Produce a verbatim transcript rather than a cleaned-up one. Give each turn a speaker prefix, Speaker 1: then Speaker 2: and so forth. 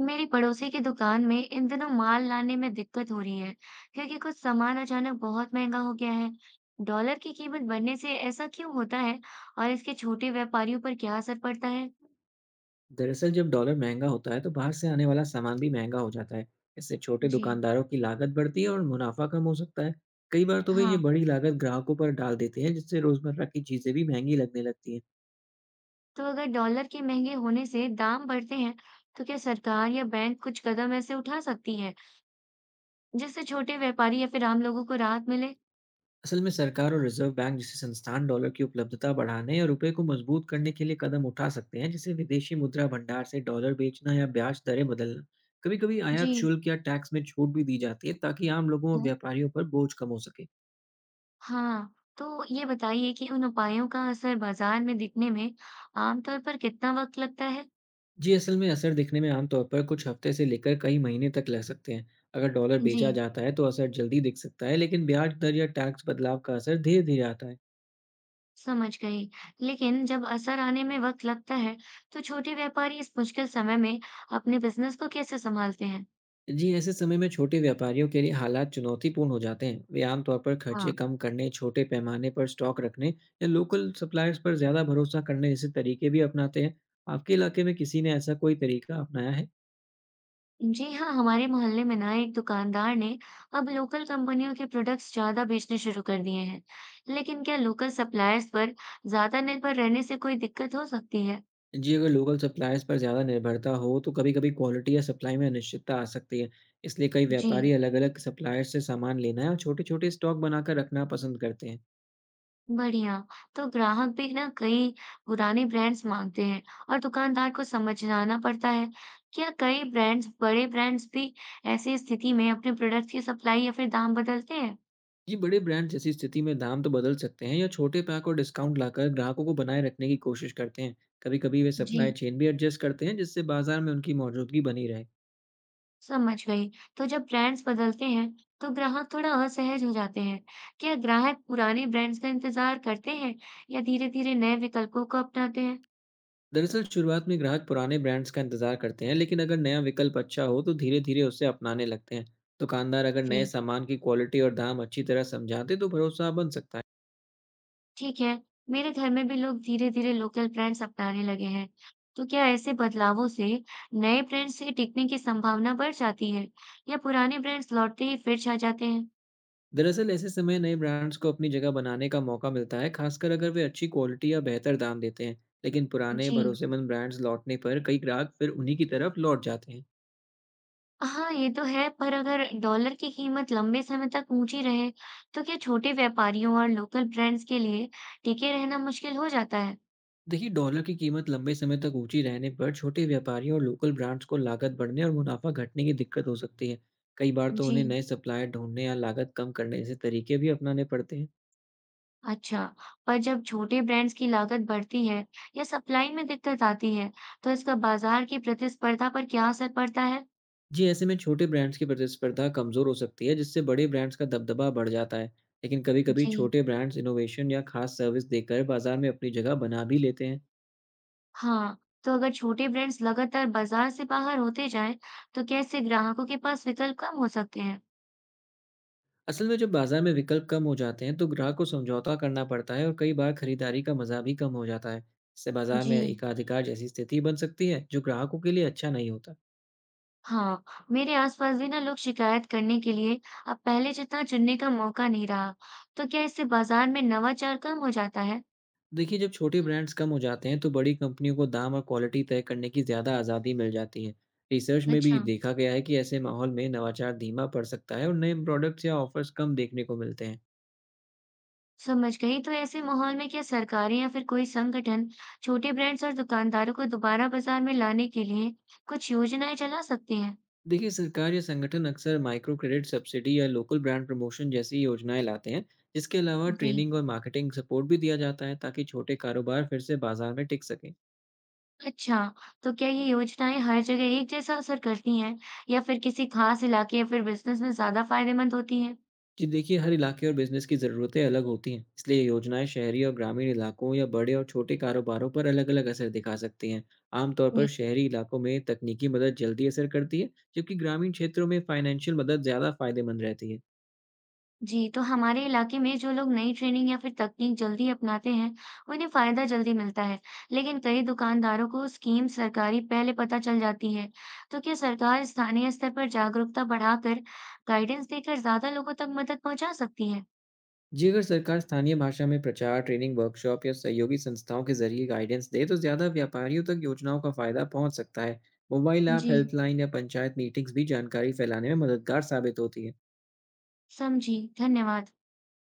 Speaker 1: मेरी पड़ोसी की दुकान में इन दिनों माल लाने में दिक्कत हो रही है, क्योंकि कुछ सामान अचानक बहुत महंगा हो गया है। डॉलर की कीमत बढ़ने से ऐसा क्यों होता है और इसके छोटे व्यापारियों पर क्या असर पड़ता है?
Speaker 2: दरअसल जब डॉलर महंगा होता है तो बाहर से आने वाला सामान भी महंगा हो जाता है। इससे छोटे
Speaker 1: जी।
Speaker 2: दुकानदारों की लागत बढ़ती है और मुनाफा कम हो सकता है। कई बार तो वे ये
Speaker 1: हाँ,
Speaker 2: बड़ी लागत ग्राहकों पर डाल देते हैं, जिससे रोजमर्रा की चीजें भी महंगी लगने लगती हैं।
Speaker 1: तो अगर डॉलर के महंगे होने से दाम बढ़ते हैं, तो क्या सरकार या बैंक कुछ कदम ऐसे उठा सकती है जिससे छोटे व्यापारी या फिर आम लोगों को राहत मिले?
Speaker 2: असल में सरकार और रिजर्व बैंक जैसे संस्थान डॉलर की उपलब्धता बढ़ाने और रुपए को मजबूत करने के लिए कदम उठा सकते हैं, जैसे विदेशी मुद्रा भंडार से डॉलर बेचना या ब्याज दरें बदलना। कभी कभी
Speaker 1: जी।
Speaker 2: आयात शुल्क या टैक्स में छूट भी दी जाती है, ताकि आम लोगों और
Speaker 1: हम्म।
Speaker 2: व्यापारियों पर बोझ कम हो सके।
Speaker 1: हाँ, तो ये बताइए कि उन उपायों का असर बाजार में दिखने में आमतौर पर कितना वक्त लगता है?
Speaker 2: जी, असल में असर दिखने में आमतौर पर कुछ हफ्ते से लेकर कई महीने तक लग सकते हैं। अगर डॉलर बेचा
Speaker 1: जी,
Speaker 2: जाता है तो असर जल्दी दिख सकता है, लेकिन ब्याज दर या टैक्स बदलाव का असर धीरे-धीरे आता है।
Speaker 1: समझ गई। लेकिन जब असर आने में वक़्त लगता है, तो छोटे व्यापारी इस मुश्किल समय में अपने बिजनेस को कैसे सँभालते हैं?
Speaker 2: जी, ऐसे समय में छोटे व्यापारियों के लिए हालात चुनौतीपूर्ण हो जाते हैं। वे आमतौर पर
Speaker 1: हाँ।
Speaker 2: खर्चे कम करने, छोटे पैमाने पर स्टॉक रखने या लोकल सप्लायर्स पर ज़्यादा भरोसा करने जैसे तरीके भी अपनाते हैं। आपके इलाके में किसी ने ऐसा कोई तरीका अपनाया है?
Speaker 1: जी हाँ, हमारे मोहल्ले में ना एक दुकानदार ने अब लोकल कंपनियों के प्रोडक्ट्स ज़्यादा बेचने शुरू कर दिए हैं। लेकिन क्या लोकल सप्लायर्स पर ज़्यादा निर्भर रहने से कोई दिक्कत हो सकती है?
Speaker 2: जी, अगर लोकल सप्लायर्स पर ज़्यादा निर्भरता हो, तो कभी-कभी क्वालिटी या सप्लाई में अनिश्चितता आ सकती है। इसलिए कई
Speaker 1: जी।
Speaker 2: व्यापारी अलग-अलग सप्लायर से सामान लेना और छोटे-छोटे स्टॉक बनाकर रखना पसंद करते हैं।
Speaker 1: बढ़िया। तो ग्राहक भी ना कई पुराने ब्रांड्स मांगते हैं और दुकानदार को समझाना पड़ता है। क्या कई ब्रांड्स बड़े ब्रांड्स भी ऐसी स्थिति में अपने प्रोडक्ट की सप्लाई या फिर दाम बदलते हैं?
Speaker 2: ये बड़े ब्रांड जैसी स्थिति में दाम तो बदल सकते हैं या छोटे पैक और डिस्काउंट लाकर ग्राहकों को बनाए रखने की कोशिश करते हैं। कभी-कभी वे सप्लाई
Speaker 1: जी,
Speaker 2: चेन भी एडजस्ट करते हैं, जिससे बाजार में उनकी मौजूदगी बनी रहे।
Speaker 1: समझ गई। तो जब ब्रांड्स बदलते हैं, तो ग्राहक थोड़ा असहज हो जाते हैं। क्या ग्राहक पुराने ब्रांड्स का इंतजार करते हैं या धीरे-धीरे नए विकल्पों को अपनाते हैं?
Speaker 2: दरअसल शुरुआत में ग्राहक पुराने ब्रांड्स का इंतजार करते हैं, लेकिन अगर नया विकल्प अच्छा हो तो धीरे धीरे उसे अपनाने लगते हैं। दुकानदार अगर नए
Speaker 1: जी,
Speaker 2: सामान की क्वालिटी और दाम अच्छी तरह समझाते तो भरोसा बन सकता है।
Speaker 1: ठीक है, मेरे घर में भी लोग धीरे-धीरे लोकल ब्रांड्स अपनाने लगे हैं। तो क्या ऐसे बदलावों से नए ब्रांड्स से टिकने की संभावना बढ़ जाती है या पुराने ब्रांड्स लौटते ही फिर छा जाते हैं?
Speaker 2: दरअसल ऐसे समय नए ब्रांड्स को अपनी जगह बनाने का मौका मिलता है, खासकर अगर वे अच्छी क्वालिटी या बेहतर दाम देते हैं। लेकिन पुराने
Speaker 1: जी।
Speaker 2: भरोसेमंद ब्रांड्स लौटने पर कई ग्राहक फिर उन्हीं की तरफ लौट जाते हैं।
Speaker 1: हाँ, ये तो है, पर अगर डॉलर की कीमत लंबे समय तक ऊंची रहे, तो क्या छोटे व्यापारियों और लोकल ब्रांड्स के लिए टिके रहना मुश्किल हो जाता है?
Speaker 2: देखिए, डॉलर की कीमत लंबे समय तक ऊंची रहने पर छोटे व्यापारियों और लोकल ब्रांड्स को लागत बढ़ने और मुनाफा घटने की दिक्कत हो सकती है। कई बार तो
Speaker 1: जी।
Speaker 2: उन्हें नए सप्लायर ढूंढने या लागत कम करने जैसे तरीके भी अपनाने पड़ते हैं।
Speaker 1: अच्छा, पर जब छोटे ब्रांड्स की लागत बढ़ती है या सप्लाई में दिक्कत आती है, तो इसका बाजार की प्रतिस्पर्धा पर क्या असर पड़ता है?
Speaker 2: जी, ऐसे में छोटे ब्रांड्स की प्रतिस्पर्धा कमजोर हो सकती है, जिससे बड़े ब्रांड्स का दबदबा बढ़ जाता है। लेकिन कभी कभी
Speaker 1: जी,
Speaker 2: छोटे ब्रांड्स इनोवेशन या खास सर्विस देकर बाजार में अपनी जगह बना भी लेते हैं।
Speaker 1: हाँ, तो अगर छोटे ब्रांड्स लगातार बाजार से बाहर होते जाएं, तो कैसे ग्राहकों के पास विकल्प कम हो सकते हैं?
Speaker 2: असल में जब बाजार में विकल्प कम हो जाते हैं तो ग्राहक को समझौता करना पड़ता है, और कई बार खरीदारी का मजा भी कम हो जाता है। इससे बाजार में
Speaker 1: जी,
Speaker 2: एकाधिकार जैसी स्थिति बन सकती है, जो ग्राहकों के लिए अच्छा नहीं होता।
Speaker 1: हाँ, मेरे आसपास भी ना लोग शिकायत करने के लिए अब पहले जितना चुनने का मौका नहीं रहा, तो क्या इससे बाजार में नवाचार कम हो जाता है?
Speaker 2: देखिए, जब छोटे ब्रांड्स कम हो जाते हैं तो बड़ी कंपनियों को दाम और क्वालिटी तय करने की ज़्यादा आज़ादी मिल जाती है। रिसर्च में भी
Speaker 1: अच्छा,
Speaker 2: देखा गया है कि ऐसे माहौल में नवाचार धीमा पड़ सकता है और नए प्रोडक्ट्स या ऑफर्स कम देखने को मिलते हैं।
Speaker 1: समझ गई। तो ऐसे माहौल में क्या सरकारें या फिर कोई संगठन छोटे ब्रांड्स और दुकानदारों को दोबारा बाजार में लाने के लिए कुछ योजनाएं चला सकते हैं?
Speaker 2: देखिए, सरकार या संगठन अक्सर माइक्रो क्रेडिट, सब्सिडी या लोकल ब्रांड प्रमोशन जैसी योजनाएं लाते हैं। जिसके अलावा
Speaker 1: जी।
Speaker 2: ट्रेनिंग और मार्केटिंग सपोर्ट भी दिया जाता है, ताकि छोटे कारोबार फिर से बाजार में टिक सकें।
Speaker 1: अच्छा, तो क्या ये योजनाएँ हर जगह एक जैसा असर करती हैं या फिर किसी खास इलाके या फिर बिज़नेस में ज़्यादा फायदेमंद होती हैं?
Speaker 2: जी, देखिए, हर इलाके और बिजनेस की ज़रूरतें अलग होती हैं, इसलिए ये योजनाएं शहरी और ग्रामीण इलाकों या बड़े और छोटे कारोबारों पर अलग अलग असर दिखा सकती हैं। आमतौर
Speaker 1: जी।
Speaker 2: पर शहरी इलाकों में तकनीकी मदद जल्दी असर करती है, जबकि ग्रामीण क्षेत्रों में फाइनेंशियल मदद ज़्यादा फायदेमंद रहती है।
Speaker 1: जी, तो हमारे इलाके में जो लोग नई ट्रेनिंग या फिर तकनीक जल्दी अपनाते हैं, उन्हें फ़ायदा जल्दी मिलता है, लेकिन कई दुकानदारों को स्कीम सरकारी पहले पता चल जाती है। तो क्या सरकार स्थानीय स्तर पर जागरूकता बढ़ाकर गाइडेंस देकर ज़्यादा लोगों तक मदद पहुँचा सकती है?
Speaker 2: जी, अगर सरकार स्थानीय भाषा में प्रचार, ट्रेनिंग वर्कशॉप या सहयोगी संस्थाओं के जरिए गाइडेंस दे तो ज़्यादा व्यापारियों तक योजनाओं का फायदा पहुंच सकता है। मोबाइल ऐप,
Speaker 1: जी,
Speaker 2: हेल्पलाइन या पंचायत मीटिंग्स भी जानकारी फैलाने में मददगार साबित होती है।
Speaker 1: समझी। धन्यवाद।